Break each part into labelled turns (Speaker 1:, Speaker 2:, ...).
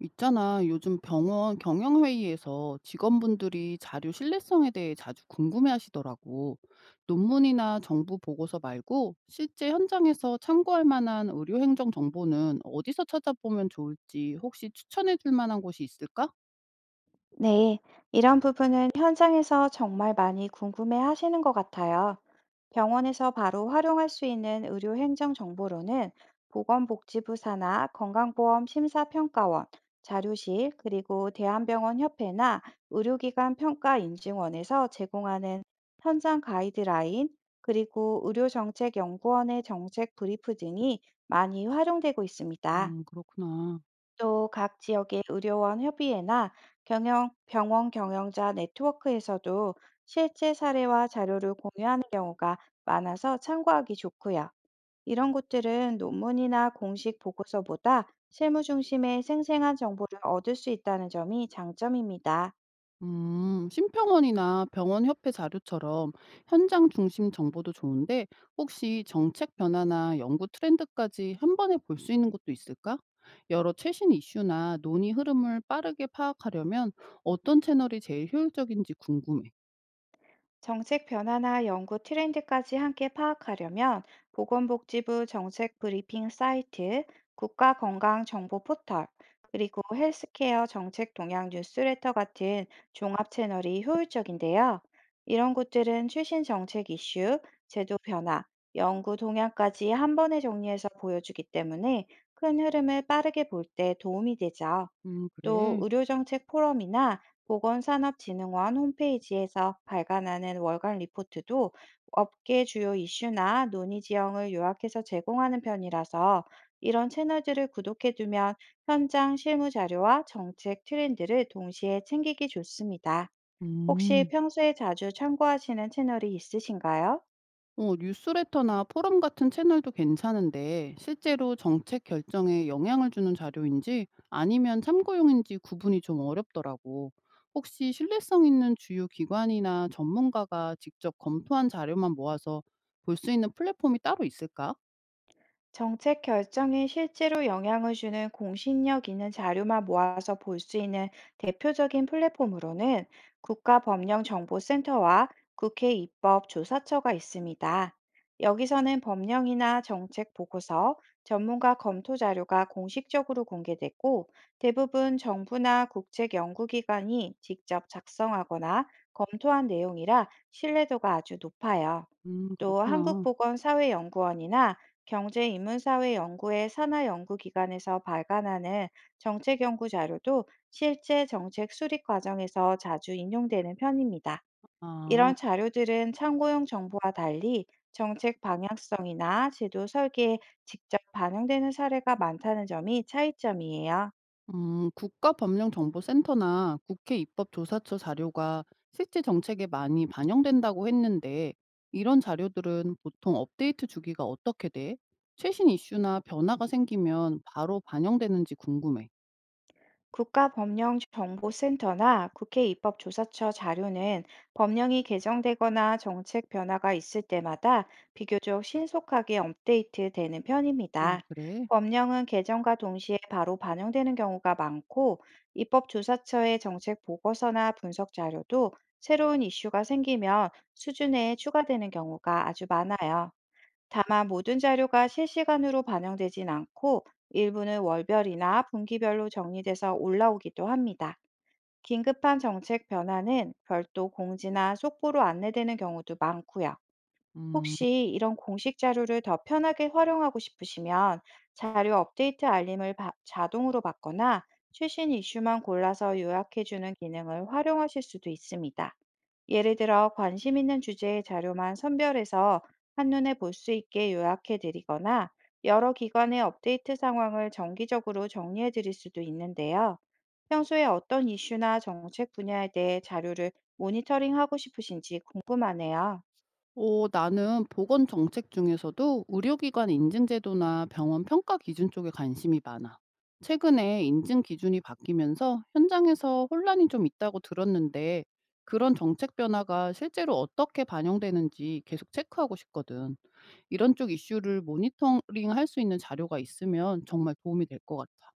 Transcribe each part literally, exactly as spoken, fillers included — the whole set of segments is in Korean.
Speaker 1: 있잖아, 요즘 병원 경영회의에서 직원분들이 자료 신뢰성에 대해 자주 궁금해하시더라고. 논문이나 정부 보고서 말고 실제 현장에서 참고할 만한 의료행정 정보는 어디서 찾아보면 좋을지 혹시 추천해 줄 만한 곳이 있을까?
Speaker 2: 네, 이런 부분은 현장에서 정말 많이 궁금해 하시는 것 같아요. 병원에서 바로 활용할 수 있는 의료 행정 정보로는 보건복지부 산하 건강보험 심사평가원, 자료실, 그리고 대한병원 협회나 의료기관 평가 인증원에서 제공하는 현장 가이드라인, 그리고 의료정책연구원의 정책 브리프 등이 많이 활용되고 있습니다.
Speaker 1: 음, 그렇구나.
Speaker 2: 또 각 지역의 의료원 협의회나 경영, 병원 경영자 네트워크에서도 실제 사례와 자료를 공유하는 경우가 많아서 참고하기 좋고요. 이런 곳들은 논문이나 공식 보고서보다 실무 중심의 생생한 정보를 얻을 수 있다는 점이 장점입니다.
Speaker 1: 음, 심평원이나 병원협회 자료처럼 현장 중심 정보도 좋은데 혹시 정책 변화나 연구 트렌드까지 한 번에 볼 수 있는 것도 있을까? 여러 최신 이슈나 논의 흐름을 빠르게 파악하려면 어떤 채널이 제일 효율적인지 궁금해.
Speaker 2: 정책 변화나 연구 트렌드까지 함께 파악하려면 보건복지부 정책 브리핑 사이트, 국가건강정보 포털, 그리고 헬스케어 정책 동향 뉴스레터 같은 종합 채널이 효율적인데요. 이런 곳들은 최신 정책 이슈, 제도 변화, 연구 동향까지 한 번에 정리해서 보여주기 때문에 큰 흐름을 빠르게 볼 때 도움이 되죠.
Speaker 1: 음,
Speaker 2: 또
Speaker 1: 그래.
Speaker 2: 의료정책 포럼이나 보건산업진흥원 홈페이지에서 발간하는 월간 리포트도 업계 주요 이슈나 논의 지형을 요약해서 제공하는 편이라서 이런 채널들을 구독해두면 현장 실무 자료와 정책 트렌드를 동시에 챙기기 좋습니다. 혹시
Speaker 1: 음.
Speaker 2: 평소에 자주 참고하시는 채널이 있으신가요?
Speaker 1: 어, 뉴스레터나 포럼 같은 채널도 괜찮은데 실제로 정책 결정에 영향을 주는 자료인지 아니면 참고용인지 구분이 좀 어렵더라고. 혹시 신뢰성 있는 주요 기관이나 전문가가 직접 검토한 자료만 모아서 볼 수 있는 플랫폼이 따로 있을까?
Speaker 2: 정책 결정에 실제로 영향을 주는 공신력 있는 자료만 모아서 볼 수 있는 대표적인 플랫폼으로는 국가법령정보센터와 국회 입법조사처가 있습니다. 여기서는 법령이나 정책 보고서, 전문가 검토 자료가 공식적으로 공개됐고, 대부분 정부나 국책연구기관이 직접 작성하거나 검토한 내용이라 신뢰도가 아주 높아요.
Speaker 1: 음,
Speaker 2: 또
Speaker 1: 그렇구나.
Speaker 2: 한국보건사회연구원이나 경제인문사회 연구의 산하연구기관에서 발간하는 정책 연구 자료도 실제 정책 수립 과정에서 자주 인용되는 편입니다.
Speaker 1: 아.
Speaker 2: 이런 자료들은 참고용 정보와 달리 정책 방향성이나 제도 설계에 직접 반영되는 사례가 많다는 점이 차이점이에요.
Speaker 1: 음, 국가법령정보센터나 국회 입법조사처 자료가 실제 정책에 많이 반영된다고 했는데, 이런 자료들은 보통 업데이트 주기가 어떻게 돼? 최신 이슈나 변화가 생기면 바로 반영되는지 궁금해.
Speaker 2: 국가법령정보센터나 국회 입법조사처 자료는 법령이 개정되거나 정책 변화가 있을 때마다 비교적 신속하게 업데이트되는
Speaker 1: 아,
Speaker 2: 편입니다.
Speaker 1: 그래?
Speaker 2: 법령은 개정과 동시에 바로 반영되는 경우가 많고, 입법조사처의 정책 보고서나 분석 자료도 새로운 이슈가 생기면 수준에 추가되는 경우가 아주 많아요. 다만 모든 자료가 실시간으로 반영되진 않고, 일부는 월별이나 분기별로 정리돼서 올라오기도 합니다. 긴급한 정책 변화는 별도 공지나 속보로 안내되는 경우도 많고요.
Speaker 1: 음.
Speaker 2: 혹시 이런 공식 자료를 더 편하게 활용하고 싶으시면 자료 업데이트 알림을 바- 자동으로 받거나 최신 이슈만 골라서 요약해주는 기능을 활용하실 수도 있습니다. 예를 들어 관심 있는 주제의 자료만 선별해서 한눈에 볼 수 있게 요약해드리거나, 여러 기관의 업데이트 상황을 정기적으로 정리해드릴 수도 있는데요. 평소에 어떤 이슈나 정책 분야에 대해 자료를 모니터링하고 싶으신지 궁금하네요.
Speaker 1: 어, 나는 보건 정책 중에서도 의료기관 인증 제도나 병원 평가 기준 쪽에 관심이 많아. 최근에 인증 기준이 바뀌면서 현장에서 혼란이 좀 있다고 들었는데 그런 정책 변화가 실제로 어떻게 반영되는지 계속 체크하고 싶거든. 이런 쪽 이슈를 모니터링 할 수 있는 자료가 있으면 정말 도움이 될 것 같아.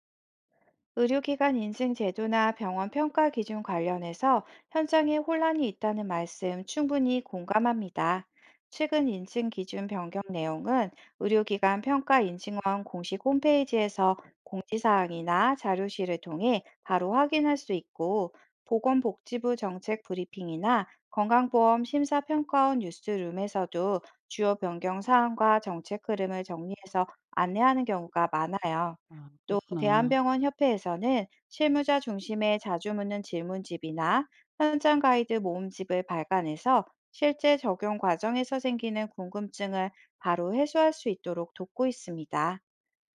Speaker 2: 의료기관 인증 제도나 병원 평가 기준 관련해서 현장에 혼란이 있다는 말씀 충분히 공감합니다. 최근 인증 기준 변경 내용은 의료기관 평가 인증원 공식 홈페이지에서 공지사항이나 자료실을 통해 바로 확인할 수 있고, 보건복지부 정책 브리핑이나 건강보험 심사평가원 뉴스룸에서도 주요 변경 사항과 정책 흐름을 정리해서 안내하는 경우가 많아요.
Speaker 1: 아,
Speaker 2: 또
Speaker 1: 그렇구나.
Speaker 2: 대한병원 협회에서는 실무자 중심의 자주 묻는 질문집이나 현장 가이드 모음집을 발간해서 실제 적용 과정에서 생기는 궁금증을 바로 해소할 수 있도록 돕고 있습니다.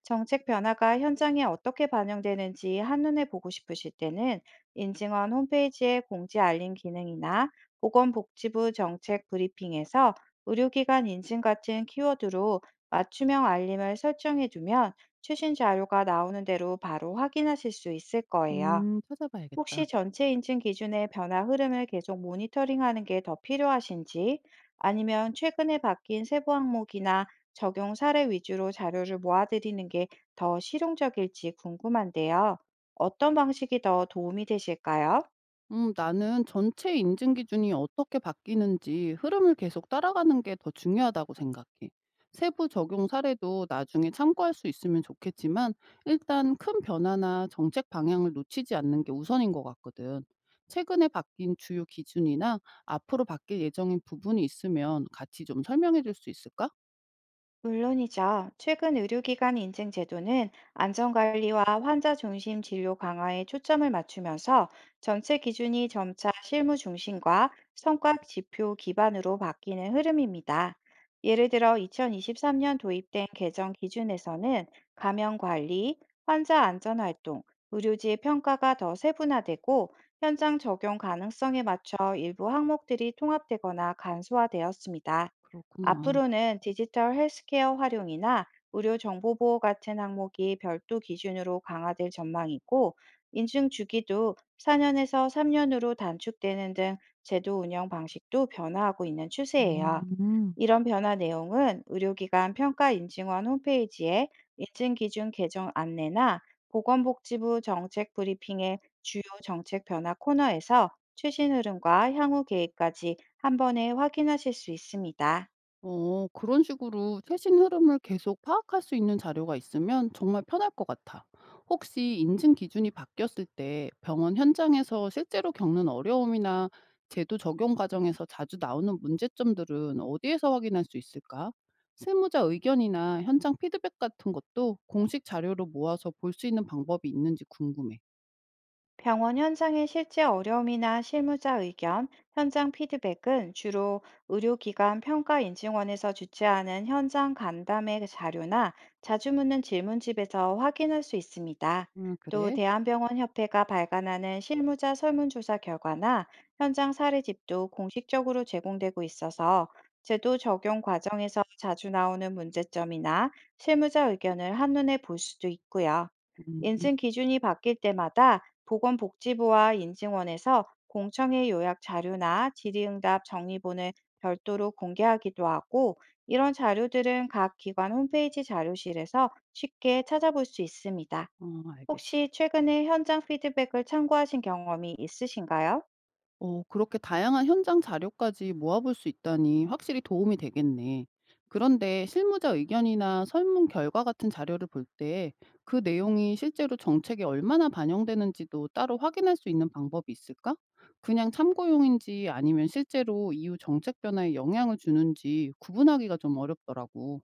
Speaker 2: 정책 변화가 현장에 어떻게 반영되는지 한눈에 보고 싶으실 때는 인증원 홈페이지에 공지 알림 기능이나 보건복지부 정책 브리핑에서 의료기관 인증 같은 키워드로 맞춤형 알림을 설정해 두면 최신 자료가 나오는 대로 바로 확인하실 수 있을 거예요.
Speaker 1: 음, 찾아봐야겠다.
Speaker 2: 혹시 전체 인증 기준의 변화 흐름을 계속 모니터링하는 게 더 필요하신지, 아니면 최근에 바뀐 세부 항목이나 적용 사례 위주로 자료를 모아드리는 게 더 실용적일지 궁금한데요. 어떤 방식이 더 도움이 되실까요?
Speaker 1: 음, 나는 전체 인증 기준이 어떻게 바뀌는지 흐름을 계속 따라가는 게 더 중요하다고 생각해. 세부 적용 사례도 나중에 참고할 수 있으면 좋겠지만, 일단 큰 변화나 정책 방향을 놓치지 않는 게 우선인 것 같거든. 최근에 바뀐 주요 기준이나 앞으로 바뀔 예정인 부분이 있으면 같이 좀 설명해 줄 수 있을까?
Speaker 2: 물론이죠. 최근 의료기관 인증 제도는 안전관리와 환자 중심 진료 강화에 초점을 맞추면서 정책 기준이 점차 실무 중심과 성과 지표 기반으로 바뀌는 흐름입니다. 예를 들어 이천이십삼 년 도입된 개정 기준에서는 감염 관리, 환자 안전 활동, 의료지의 평가가 더 세분화되고, 현장 적용 가능성에 맞춰 일부 항목들이 통합되거나 간소화되었습니다.
Speaker 1: 그렇구나.
Speaker 2: 앞으로는 디지털 헬스케어 활용이나 의료 정보 보호 같은 항목이 별도 기준으로 강화될 전망이고, 인증 주기도 사 년에서 삼 년으로 단축되는 등 제도 운영 방식도 변화하고 있는 추세예요.
Speaker 1: 음.
Speaker 2: 이런 변화 내용은 의료기관 평가 인증원 홈페이지에 인증 기준 개정 안내나 보건복지부 정책 브리핑의 주요 정책 변화 코너에서 최신 흐름과 향후 계획까지 한 번에 확인하실 수 있습니다.
Speaker 1: 어, 그런 식으로 최신 흐름을 계속 파악할 수 있는 자료가 있으면 정말 편할 것 같아. 혹시 인증 기준이 바뀌었을 때 병원 현장에서 실제로 겪는 어려움이나 제도 적용 과정에서 자주 나오는 문제점들은 어디에서 확인할 수 있을까? 실무자 의견이나 현장 피드백 같은 것도 공식 자료로 모아서 볼 수 있는 방법이 있는지 궁금해.
Speaker 2: 병원 현장의 실제 어려움이나 실무자 의견, 현장 피드백은 주로 의료기관 평가인증원에서 주최하는 현장 간담회 자료나 자주 묻는 질문집에서 확인할 수 있습니다.
Speaker 1: 음,
Speaker 2: 또
Speaker 1: 그래?
Speaker 2: 대한병원협회가 발간하는 실무자 설문조사 결과나 현장 사례집도 공식적으로 제공되고 있어서 제도 적용 과정에서 자주 나오는 문제점이나 실무자 의견을 한눈에 볼 수도 있고요.
Speaker 1: 음,
Speaker 2: 인증 기준이 바뀔 때마다 보건복지부와 인증원에서 공청회 요약 자료나 질의응답 정리본을 별도로 공개하기도 하고, 이런 자료들은 각 기관 홈페이지 자료실에서 쉽게 찾아볼 수 있습니다.
Speaker 1: 어, 알겠어.
Speaker 2: 혹시 최근에 현장 피드백을 참고하신 경험이 있으신가요?
Speaker 1: 어, 그렇게 다양한 현장 자료까지 모아볼 수 있다니 확실히 도움이 되겠네. 그런데 실무자 의견이나 설문 결과 같은 자료를 볼 때 그 내용이 실제로 정책에 얼마나 반영되는지도 따로 확인할 수 있는 방법이 있을까? 그냥 참고용인지 아니면 실제로 이후 정책 변화에 영향을 주는지 구분하기가 좀 어렵더라고.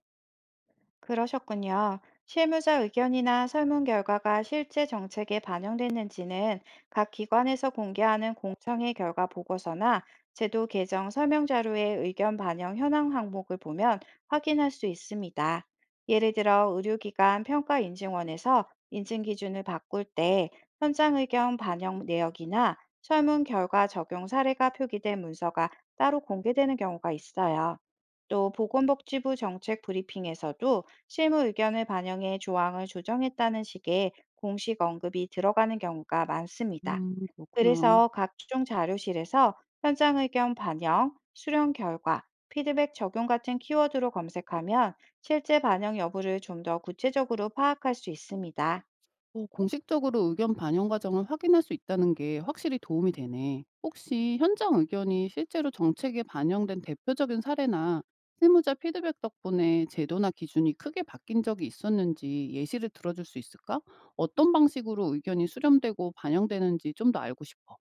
Speaker 2: 그러셨군요. 실무자 의견이나 설문 결과가 실제 정책에 반영됐는지는 각 기관에서 공개하는 공청회 결과 보고서나 제도 개정 설명 자료의 의견 반영 현황 항목을 보면 확인할 수 있습니다. 예를 들어 의료기관 평가 인증원에서 인증 기준을 바꿀 때 현장 의견 반영 내역이나 설문 결과 적용 사례가 표기된 문서가 따로 공개되는 경우가 있어요. 또 보건복지부 정책 브리핑에서도 실무 의견을 반영해 조항을 조정했다는 식의 공식 언급이 들어가는 경우가 많습니다.
Speaker 1: 음, 그렇구나.
Speaker 2: 그래서 각종 자료실에서 현장 의견 반영, 수령 결과, 피드백 적용 같은 키워드로 검색하면 실제 반영 여부를 좀 더 구체적으로 파악할 수 있습니다.
Speaker 1: 어, 공식적으로 의견 반영 과정을 확인할 수 있다는 게 확실히 도움이 되네. 혹시 현장 의견이 실제로 정책에 반영된 대표적인 사례나 실무자 피드백 덕분에 제도나 기준이 크게 바뀐 적이 있었는지 예시를 들어줄 수 있을까? 어떤 방식으로 의견이 수렴되고 반영되는지 좀 더 알고 싶어.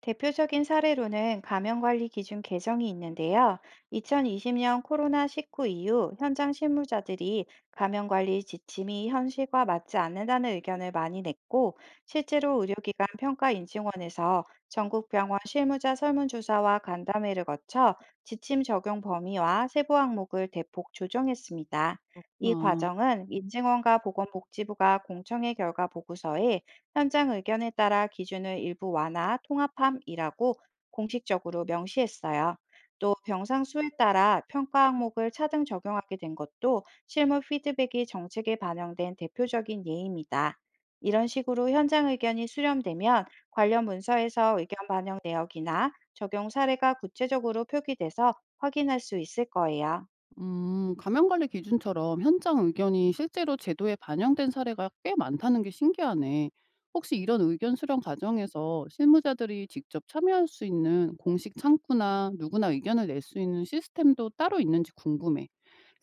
Speaker 2: 대표적인 사례로는 감염관리 기준 개정이 있는데요. 이천이십 년 코로나십구 이후 현장 실무자들이 감염관리 지침이 현실과 맞지 않는다는 의견을 많이 냈고, 실제로 의료기관 평가인증원에서 전국병원 실무자 설문조사와 간담회를 거쳐 지침 적용 범위와 세부 항목을 대폭 조정했습니다. 이
Speaker 1: 그렇구나.
Speaker 2: 과정은 인증원과 보건복지부가 공청회 결과 보고서에 현장 의견에 따라 기준을 일부 완화, 통합함이라고 공식적으로 명시했어요. 또 병상 수에 따라 평가 항목을 차등 적용하게 된 것도 실무 피드백이 정책에 반영된 대표적인 예입니다. 이런 식으로 현장 의견이 수렴되면 관련 문서에서 의견 반영 내역이나 적용 사례가 구체적으로 표기돼서 확인할 수 있을 거예요.
Speaker 1: 음, 감염관리 기준처럼 현장 의견이 실제로 제도에 반영된 사례가 꽤 많다는 게 신기하네. 혹시 이런 의견 수렴 과정에서 실무자들이 직접 참여할 수 있는 공식 창구나 누구나 의견을 낼 수 있는 시스템도 따로 있는지 궁금해.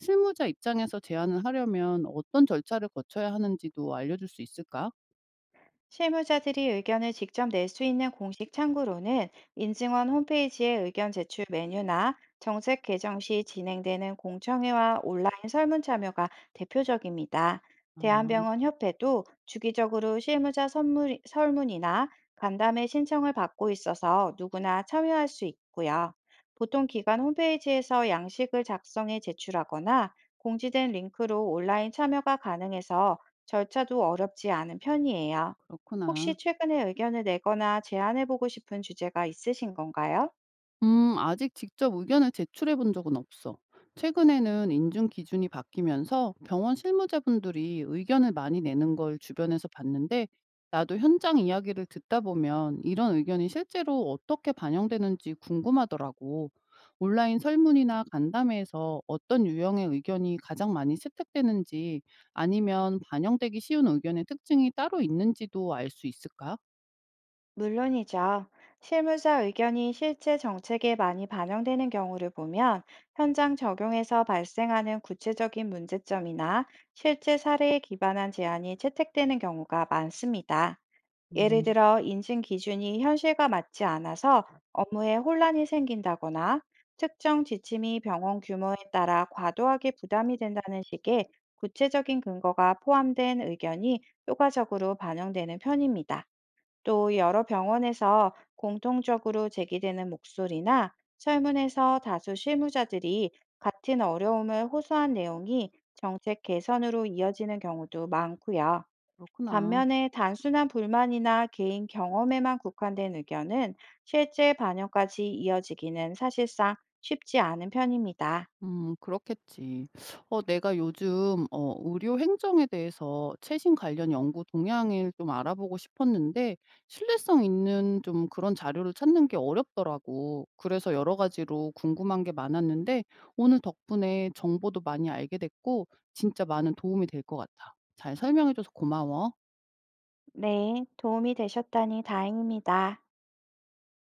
Speaker 1: 실무자 입장에서 제안을 하려면 어떤 절차를 거쳐야 하는지도 알려줄 수 있을까?
Speaker 2: 실무자들이 의견을 직접 낼 수 있는 공식 창구로는 인증원 홈페이지의 의견 제출 메뉴나 정책 개정 시 진행되는 공청회와 온라인 설문 참여가 대표적입니다.
Speaker 1: 아,
Speaker 2: 대한병원 협회도 주기적으로 실무자 선물- 설문이나 간담회 신청을 받고 있어서 누구나 참여할 수 있고요. 보통 기관 홈페이지에서 양식을 작성해 제출하거나 공지된 링크로 온라인 참여가 가능해서 절차도 어렵지 않은 편이에요. 혹시
Speaker 1: 그렇구나.
Speaker 2: 최근에 의견을 내거나 제안해 보고 싶은 주제가 있으신 건가요?
Speaker 1: 음, 아직 직접 의견을 제출해 본 적은 없어. 최근에는 인증 기준이 바뀌면서 병원 실무자분들이 의견을 많이 내는 걸 주변에서 봤는데, 나도 현장 이야기를 듣다 보면 이런 의견이 실제로 어떻게 반영되는지 궁금하더라고. 온라인 설문이나 간담회에서 어떤 유형의 의견이 가장 많이 채택되는지 아니면 반영되기 쉬운 의견의 특징이 따로 있는지도 알 수 있을까?
Speaker 2: 물론이죠. 실무자 의견이 실제 정책에 많이 반영되는 경우를 보면 현장 적용에서 발생하는 구체적인 문제점이나 실제 사례에 기반한 제안이 채택되는 경우가 많습니다. 예를
Speaker 1: 음,
Speaker 2: 들어 인증 기준이 현실과 맞지 않아서 업무에 혼란이 생긴다거나 특정 지침이 병원 규모에 따라 과도하게 부담이 된다는 식의 구체적인 근거가 포함된 의견이 효과적으로 반영되는 편입니다. 또 여러 병원에서 공통적으로 제기되는 목소리나 설문에서 다수 실무자들이 같은 어려움을 호소한 내용이 정책 개선으로 이어지는 경우도 많고요.
Speaker 1: 그렇구나.
Speaker 2: 반면에 단순한 불만이나 개인 경험에만 국한된 의견은 실제 반영까지 이어지기는 사실상 쉽지 않은 편입니다.
Speaker 1: 음, 그렇겠지. 어 내가 요즘 어 의료 행정에 대해서 최신 관련 연구 동향을 좀 알아보고 싶었는데 신뢰성 있는 좀 그런 자료를 찾는 게 어렵더라고. 그래서 여러 가지로 궁금한 게 많았는데 오늘 덕분에 정보도 많이 알게 됐고 진짜 많은 도움이 될 것 같아. 잘 설명해 줘서 고마워.
Speaker 2: 네, 도움이 되셨다니 다행입니다.